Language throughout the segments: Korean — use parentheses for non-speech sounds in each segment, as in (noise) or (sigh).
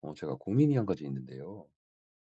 제가 고민이 한 가지 있는데요.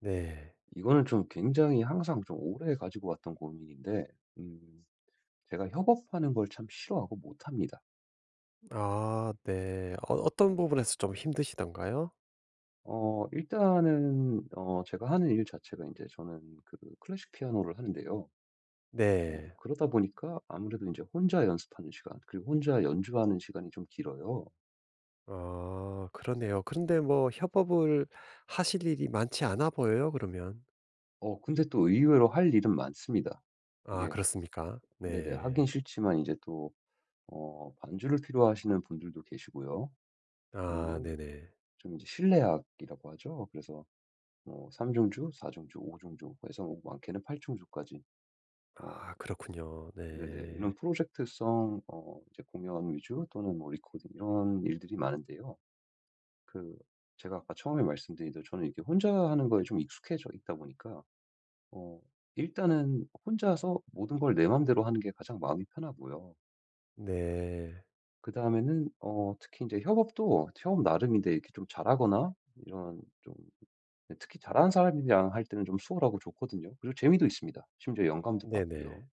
네. 이거는 좀 굉장히 항상 좀 오래 가지고 왔던 고민인데, 음, 제가 협업하는 걸 참 싫어하고 못합니다. 아 네. 어떤 부분에서 좀 힘드시던가요? 일단은, 제가 하는 일 자체가 이제 저는 그 클래식 피아노를 하는데요. 네. 그러다 보니까 아무래도 이제 혼자 연습하는 시간, 그리고 혼자 연주하는 시간이 좀 길어요. 아 그러네요. 그런데 뭐 협업을 하실 일이 많지 않아 보여요 그러면. 근데 또 의외로 할 일은 많습니다. 아 이게, 그렇습니까? 네네, 하긴 네. 싫지만 이제 또, 반주를 필요하시는 분들도 계시고요. 아 아니면 네네. 좀 이제 실내악이라고 하죠. 그래서 뭐 3 중주, 4 중주, 5 중주 뭐 해서 뭐 많게는 8 중주까지, 어 아 그렇군요. 네네, 이런 네. 프로젝트성, 이제 공연 위주 또는 뭐 리코딩 이런 일들이 많은데요. 그 제가 아까 처음에 말씀드린 대로 저는 이렇게 혼자 하는 거에 좀 익숙해져 있다 보니까, 어 일단은 혼자서 모든 걸 내 맘대로 하는 게 가장 마음이 편하고요. 네. 그다음에는, 특히 이제 협업도 협업 나름인데 이렇게 좀 잘하거나, 이런 좀, 근데 특히 잘하는 사람이랑 할 때는 좀 수월하고 좋거든요. 그리고 재미도 있습니다. 심지어 영감도 네네. 받고요.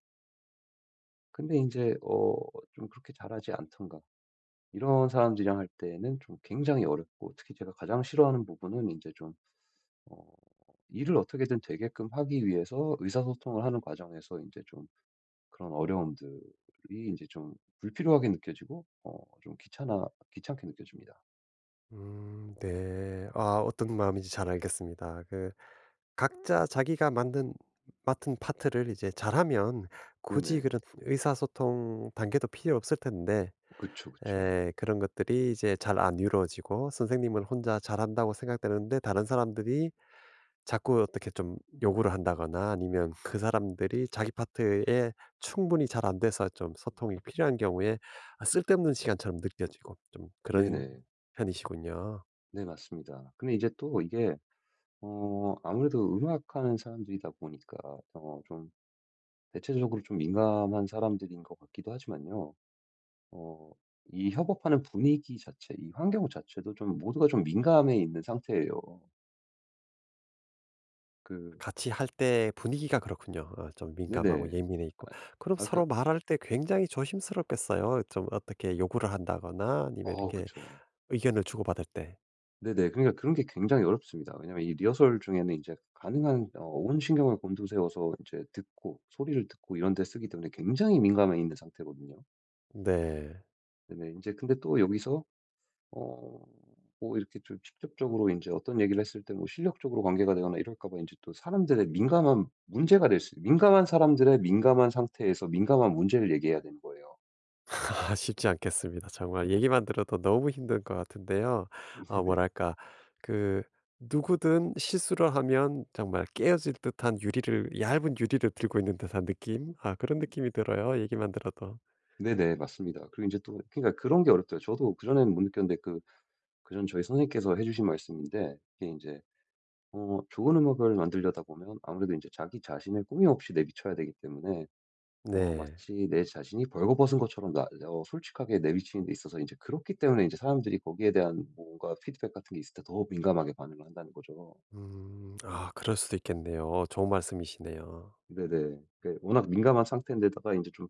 근데 이제, 좀 그렇게 잘하지 않던가 이런 사람들이랑 할 때는 좀 굉장히 어렵고, 특히 제가 가장 싫어하는 부분은 이제 좀, 어 일을 어떻게든 되게끔 하기 위해서 의사소통을 하는 과정에서 이제 좀 그런 어려움들이 이제 좀 불필요하게 느껴지고, 좀 귀찮아 귀찮게 느껴집니다. 네. 아 어떤 마음인지 잘 알겠습니다. 각자 자기가 만든 맡은 파트를 이제 잘하면 굳이 네네. 그런 의사소통 단계도 필요 없을 텐데. 그쵸, 그쵸. 예. 그런 것들이 이제 잘 안 이루어지고 선생님은 혼자 잘한다고 생각되는데 다른 사람들이 자꾸 어떻게 좀 요구를 한다거나 아니면 그 사람들이 자기 파트에 충분히 잘 안 돼서 좀 소통이 필요한 경우에 아 쓸데없는 시간처럼 느껴지고 좀 그런 네네. 편이시군요. 네, 맞습니다. 근데 이제 또 이게, 아무래도 음악하는 사람들이다 보니까, 좀 대체적으로 좀 민감한 사람들인 것 같기도 하지만요. 어 이 협업하는 분위기 자체, 이 환경 자체도 좀 모두가 좀 민감해 있는 상태예요. 그 같이 할 때 분위기가 그렇군요. 좀 민감하고 네네. 예민해 있고. 아, 그럼 아까, 서로 말할 때 굉장히 조심스럽겠어요. 좀 어떻게 요구를 한다거나 아니면 이렇게 그쵸. 의견을 주고받을 때. 네네. 그러니까 그런 게 굉장히 어렵습니다. 왜냐면 이 리허설 중에는 이제 가능한, 온 신경을 곤두세워서 이제 듣고 소리를 듣고 이런 데 쓰기 때문에 굉장히 민감해 있는 상태거든요. 네. 네네. 이제 근데 또 여기서, 어 뭐 이렇게 좀 직접적으로 이제 어떤 얘기를 했을 때 뭐 실력적으로 관계가 되거나 이럴까 봐 이제 또 사람들의 민감한 문제가 될 수, 민감한 사람들의 민감한 상태에서 민감한 문제를 얘기해야 되는 거예요. 아 쉽지 않겠습니다. 정말 얘기만 들어도 너무 힘든 것 같은데요. (laughs) 아 네네. 뭐랄까, 그 누구든 실수를 하면 정말 깨어질 듯한 유리를 얇은 유리를 들고 있는 듯한 느낌? 아 그런 느낌이 들어요, 얘기만 들어도. 네네. 맞습니다. 그리고 이제 또 그러니까 그런 게 어렵더라고요. 저도 그전에는 못 느꼈는데, 그전 저희 선생님께서 해 주신 말씀인데, 이게 이제, 좋은 음악을 만들려다 보면 아무래도 이제 자기 자신을 꾸밈 없이 내비쳐야 되기 때문에, 네. 마치 내 자신이 벌거벗은 것처럼 나, 솔직하게 내비치는 데 있어서 이제 그렇기 때문에 이제 사람들이 거기에 대한 뭔가 피드백 같은 게 있을 때 더 민감하게 반응을 한다는 거죠. 음. 아 그럴 수도 있겠네요. 좋은 말씀이시네요. 네네. 워낙 민감한 상태인데다가 이제 좀,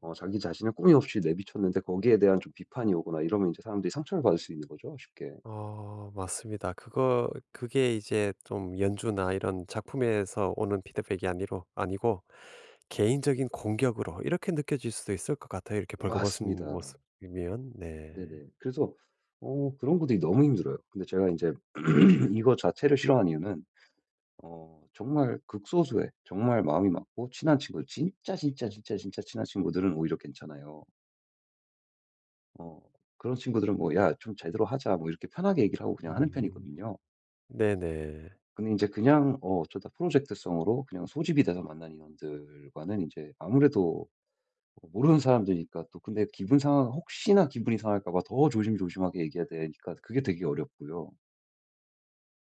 자기 자신을 꾸이 없이 내비쳤는데 거기에 대한 좀 비판이 오거나 이러면 이제 사람들이 상처를 받을 수 있는 거죠, 쉽게. 맞습니다. 그거 그게 이제 좀 연주나 이런 작품에서 오는 피드백이 아니로 아니고 개인적인 공격으로 이렇게 느껴질 수도 있을 것 같아요. 이렇게 벌거벗은 맞습니다. 모습이면. 네. 네네. 그래서, 그런 것들이 너무 힘들어요. 근데 제가 이제 (clears throat) 이거 자체를 싫어하는 이유는, 정말 극소수의 정말 마음이 맞고 친한 친구, 진짜 진짜 진짜 진짜 친한 친구들은 오히려 괜찮아요. 어 그런 친구들은 뭐 "야 좀 제대로 하자." 뭐 이렇게 편하게 얘기를 하고 그냥 하는 음. 편이거든요. 네네. 근데 이제 그냥, 어쩌다 프로젝트성으로 그냥 소집이 돼서 만난 인원들과는 이제 아무래도 모르는 사람들이니까, 또 근데 기분 상하 혹시나 기분이 상할까 봐 더 조심조심하게 얘기해야 되니까 그게 되게 어렵고요.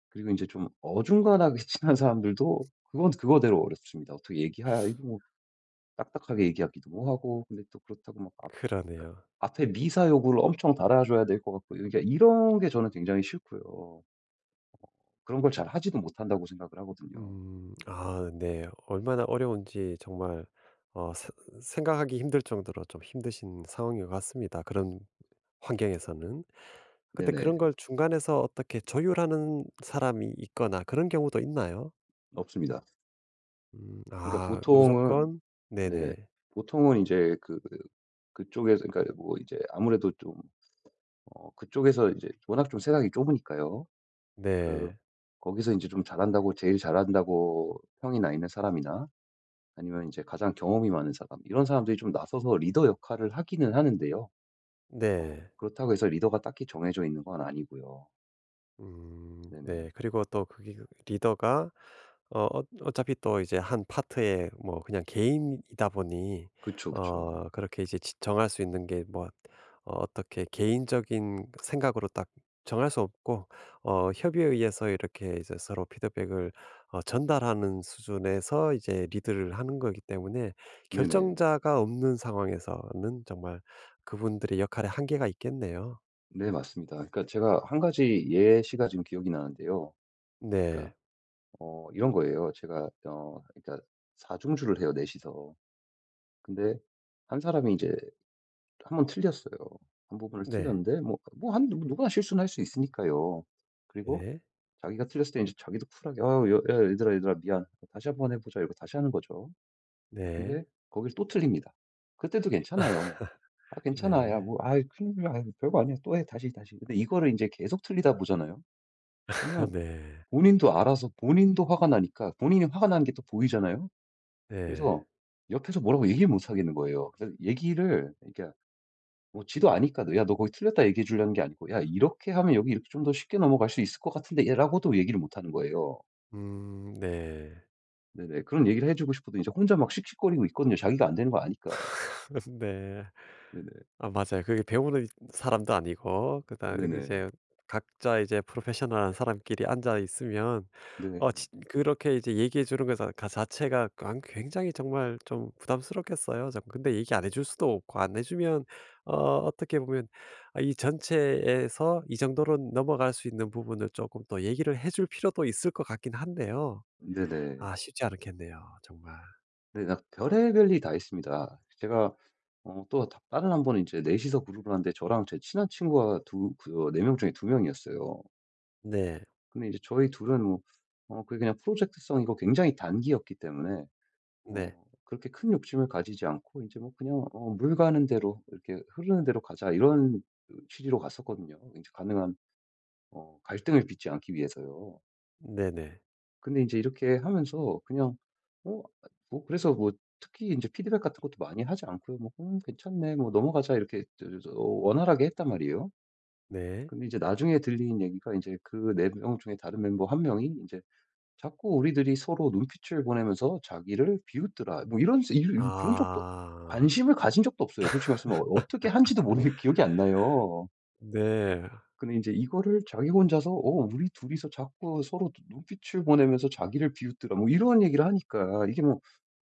그리고 이제 좀 어중간하게 (laughs) 친한 사람들도 그건 그거대로 어렵습니다. 어떻게 얘기하 이거 뭐 딱딱하게 얘기하기도 하고, 근데 또 그렇다고 막 그러니까 그러네요. 앞에 미사 요구를 엄청 달아줘야 될 것 같고, 그러니까 이런 게 저는 굉장히 싫고요. 그런 걸 잘하지도 못한다고 생각을 하거든요. 음. 아 네. 얼마나 어려운지 정말 어 세 생각하기 힘들 정도로 좀 힘드신 상황인 것 같습니다, 그런 환경에서는. 근데 그런 네네. 걸 중간에서 어떻게 조율하는 사람이 있거나 그런 경우도 있나요? 없습니다. 음. 그러니까 아 보통은, 무조건. 네네, 네네. 보통은 이제, 그쪽에서 그러니까 뭐 이제 아무래도 좀, 그쪽에서 이제 워낙 좀 세상이 좁으니까요. 그 네. 거기서 이제 좀 잘한다고 제일 잘한다고 평이 나 있는 사람이나, 아니면 이제 가장 경험이 많은 사람, 이런 사람들이 좀 나서서 리더 역할을 하기는 하는데요. 네. 그렇다고 해서 리더가 딱히 정해져 있는 건 아니고요. 네네. 네. 그리고 또 그게 그 리더가 어차피 또 이제 한 파트에 뭐 그냥 개인이다 보니 그쵸, 그쵸. 그렇게 이제 지 정할 수 있는 게 뭐 어떻게 개인적인 생각으로 딱 정할 수 없고 협의에 의해서 이렇게 이제 서로 피드백을 전달하는 수준에서 이제 리드를 하는 거기 때문에 네네. 결정자가 없는 상황에서는 정말 그분들의 역할에 한계가 있겠네요. 네, 맞습니다. 그러니까 제가 한 가지 예시가 지금 기억이 나는데요. 네. 그러니까, 이런 거예요. 제가, 그러니까 4 중주를 해요, 넷 이서. 근데 한 사람이 이제 한번 틀렸어요. 한 부분을 네. 틀렸는데, 뭐 한 누구나 실수는 할 수 있으니까요. 그리고 네. 자기가 틀렸을 때 이제 자기도 쿨하게 "아유, 여 야 얘들아, 얘들아 미안. 다시 한번 해 보자." 이러고 다시 하는 거죠. 근데 네. 거길 또 틀립니다. 그때도 괜찮아요. (laughs) "아 괜찮아. 야 네. 뭐, 아이 큰일이야. 아이 별거 아니야. 또 해. 다시, 다시." 근데 이거를 이제 계속 틀리다 보잖아요. (laughs) 그러면 네. 본인도 알아서 본인도 화가 나니까 본인이 화가 나는 게 또 보이잖아요. 네. 그래서 옆에서 뭐라고 얘기를 못 하겠는 거예요. 그래서 얘기를, 그러니까 뭐 지도 아니까 너, "야 너 거기 틀렸다." 얘기해 주려는 게 아니고 "야 이렇게 하면 여기 이렇게 좀 더 쉽게 넘어갈 수 있을 것 같은데."라고도 얘기를 못 하는 거예요. 네. 네네. 그런 얘기를 해 주고 싶어도 이제 혼자 막 씩씩거리고 있거든요, 자기가 안 되는 거 아니까. (laughs) 네. 네네. 아 맞아요. 그게 배우는 사람도 아니고 그다음에 네네. 이제 각자 이제 프로페셔널한 사람끼리 앉아 있으면 어 네. 그렇게 이제 얘기해 주는 것 자 가 자체가 굉장히 정말 좀 부담스럽겠어요. 정 근데 얘기 안 해줄 수도 없고 안 해 주면 어 어떻게 보면 아 이 전체에서 이 정도로 넘어갈 수 있는 부분을 조금 또 얘기를 해줄 필요도 있을 것 같긴 한데요. 네네. 아 쉽지 않겠네요 정말. 네, 나 별의별 일이 다 있습니다. 제가, 또 다 다른 한 번은 이제 넷이서 그룹을 하는데, 저랑 제 친한 친구가 두 그 4 명 중에 2 명이었어요. 네. 근데 이제 저희 둘은 뭐, 그게 그냥 프로젝트성이고 굉장히 단기였기 때문에, 네. 그렇게 큰 욕심을 가지지 않고 이제 뭐 그냥, '물 가는 대로 이렇게 흐르는 대로 가자.' 이런 그 취지로 갔었거든요. 이제 가능한, 갈등을 빚지 않기 위해서요. 네네. 근데 이제 이렇게 하면서 그냥, 어 뭐 그래서 뭐 특히 이제 피드백 같은 것도 많이 하지 않고요. 뭐 괜찮네. 뭐 넘어가자." 이렇게 저, 원활하게 했단 말이에요. 네. 근데 이제 나중에 들린 얘기가, 이제 그 네 명 중에 다른 멤버 한 명이 이제 "자꾸 우리들이 서로 눈빛을 보내면서 자기를 비웃더라." 뭐 이런, 그런 적도, 아. 관심을 가진 적도 없어요. 솔직히 말씀하면, 어떻게 한지도 모르게 (laughs) 기억이 안 나요. 네. 근데 이제 이거를 자기 혼자서 "어 우리 둘이서 자꾸 서로 눈빛을 보내면서 자기를 비웃더라." 뭐 이런 얘기를 하니까, 이게 뭐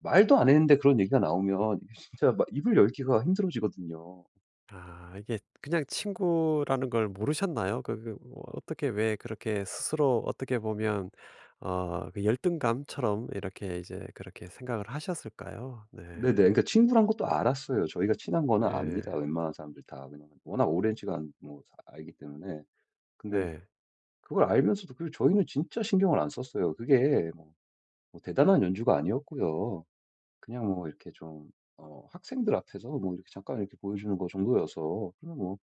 말도 안 했는데 그런 얘기가 나오면 이게 진짜 막 입을 열기가 힘들어지거든요. 아 이게 그냥 친구라는 걸 모르셨나요? 뭐 어떻게 왜 그렇게 스스로 어떻게 보면 그 열등감처럼 이렇게 이제 그렇게 생각을 하셨을까요? 네. 네네. 그러니까 친구란 것도 알았어요. 저희가 친한 거는 예. 압니다. 웬만한 사람들 다. 그냥 워낙 오랜 시간 뭐 사 알기 때문에. 근데 네. 그걸 알면서도, 저희는 진짜 신경을 안 썼어요. 그게, 뭐 대단한 연주가 아니었고요. 그냥 뭐 이렇게 좀, 학생들 앞에서 뭐 이렇게 잠깐 이렇게 보여주는 거 정도여서, 그냥 뭐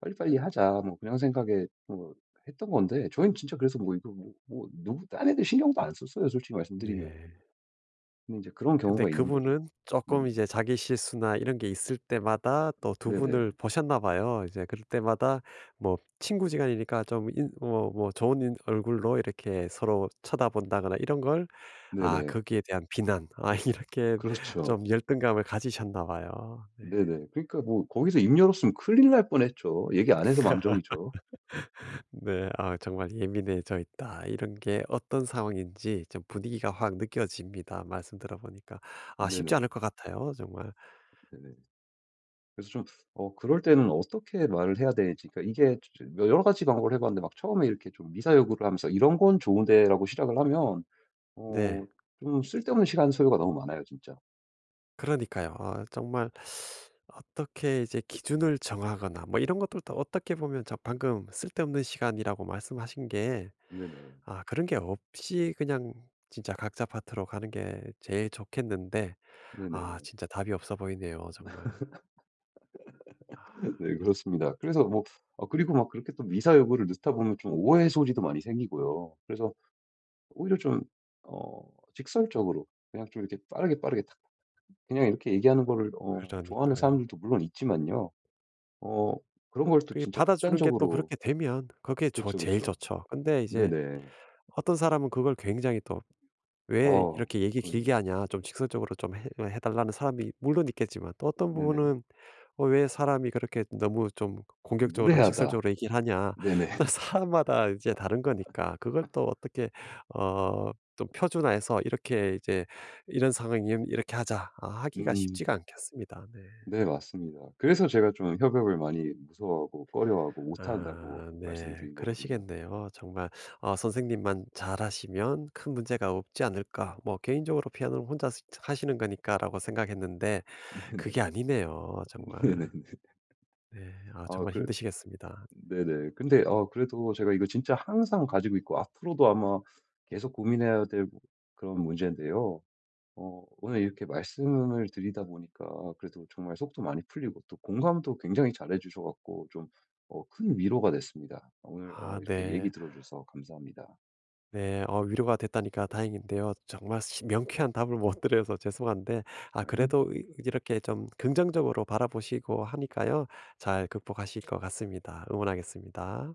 빨리빨리 하자, 뭐 그냥 생각에 뭐 했던 건데, 저희는 진짜 그래서 뭐 이거 뭐 누구 딴 애들 신경도 안 썼어요. 솔직히 네. 말씀드리면. 네. 근데 이제 그런 근데 경우가 있는 거죠. 그분은 네네. 조금 이제 자기 실수나 이런 게 있을 때마다 또 두 분을 네네. 보셨나 봐요. 이제 그럴 때마다 뭐 친구 지간이니까 좀 인 뭐 좋은 인 얼굴로 이렇게 서로 쳐다본다거나 이런 걸 아 네네. 거기에 대한 비난 아 (laughs) 이렇게 그렇죠. 좀 열등감을 가지셨나 봐요. 네. 네네. 그러니까 뭐 거기서 입 열었으면 큰일 날 뻔했죠. 얘기 안 해서 망정이죠. 네. 아 정말 예민해져 있다. 이런 게 어떤 상황인지 좀 분위기가 확 느껴집니다. 말씀 들어 보니까. 아 쉽지 네네. 않을 것 같아요 정말. 네네. 그래서 좀, 그럴 때는 어떻게 말을 해야 되는지, 그러니까 이게 여러 가지 방법을 해 봤는데, 막 처음에 이렇게 좀 미사여구를 하면서 "이런 건 좋은데."라고 시작을 하면, 네. 어 좀 쓸데없는 시간 소요가 너무 많아요 진짜. 그러니까요. 아 정말 어떻게 이제 기준을 정하거나 뭐 이런 것들도 어떻게 보면 방금 쓸데없는 시간이라고 말씀하신 게 네네. 아 그런 게 없이 그냥 진짜 각자 파트로 가는 게 제일 좋겠는데 아 네네. 진짜 답이 없어 보이네요 정말. (laughs) 네, 그렇습니다. 그래서 뭐, 아 그리고 막 그렇게 또 미사여구를 넣다 보면 좀 오해 소지도 많이 생기고요. 그래서 오히려 좀, 어 직설적으로 그냥 좀 이렇게 빠르게 빠르게 탁 그냥 이렇게 얘기하는 거를, 좋아하는 그러니까요. 사람들도 물론 있지만요. 어 그런 걸 또 그게 진짜 받아주는 게 또 극단적으로. 그렇게 되면 그게 그쵸, 제일 그쵸. 좋죠. 근데 이제 네네. 어떤 사람은 그걸 굉장히 또 '왜 어 이렇게 얘기 길게 그럼요. 하냐. 좀 직설적으로 좀 해 달라는 사람이 물론 있겠지만 또 어떤 네네. 부분은 왜 사람이 그렇게 너무 좀 공격적으로 무례하다. 직설적으로 얘기를 하냐.' 네네. (laughs) (laughs) 사람마다 이제 다른 거니까 그걸 또 어떻게 좀 표준화해서 이렇게 이제 "이런 상황이면 이렇게 하자." 아 하기가 음. 쉽지가 않겠습니다. 네. 네, 맞습니다. 그래서 제가 좀 협업을 많이 무서워하고 꺼려하고 못한다고 아 말씀을 네. 드린 거거든요. 그러시겠네요. 정말 '선생님만 잘하시면 큰 문제가 없지 않을까.' 뭐 '개인적으로 피아노를 혼자 스 하시는 거니까.'라고 생각했는데 (laughs) 그게 네네. 아니네요 정말. 네네네. 네. 아 아 정말 그래, 힘드시겠습니다. 네네. 근데, 그래도 제가 이거 진짜 항상 가지고 있고 앞으로도 아마 계속 고민해야 될 그런 문제인데요. 오늘 이렇게 말씀을 드리다 보니까 그래도 정말 속도 많이 풀리고 또 공감도 굉장히 잘해 주셔 갖고 좀, 큰 위로가 됐습니다. 오늘, 아 이렇게 얘기 네. 들어 주셔서 감사합니다. 네. 위로가 됐다니까 다행인데요. 정말 시 명쾌한 답을 못 (laughs) 드려서 죄송한데 아 그래도 아닙니다. 이 이렇게 좀 긍정적으로 바라보시고 하니까요 잘 극복하실 것 같습니다. 응원하겠습니다.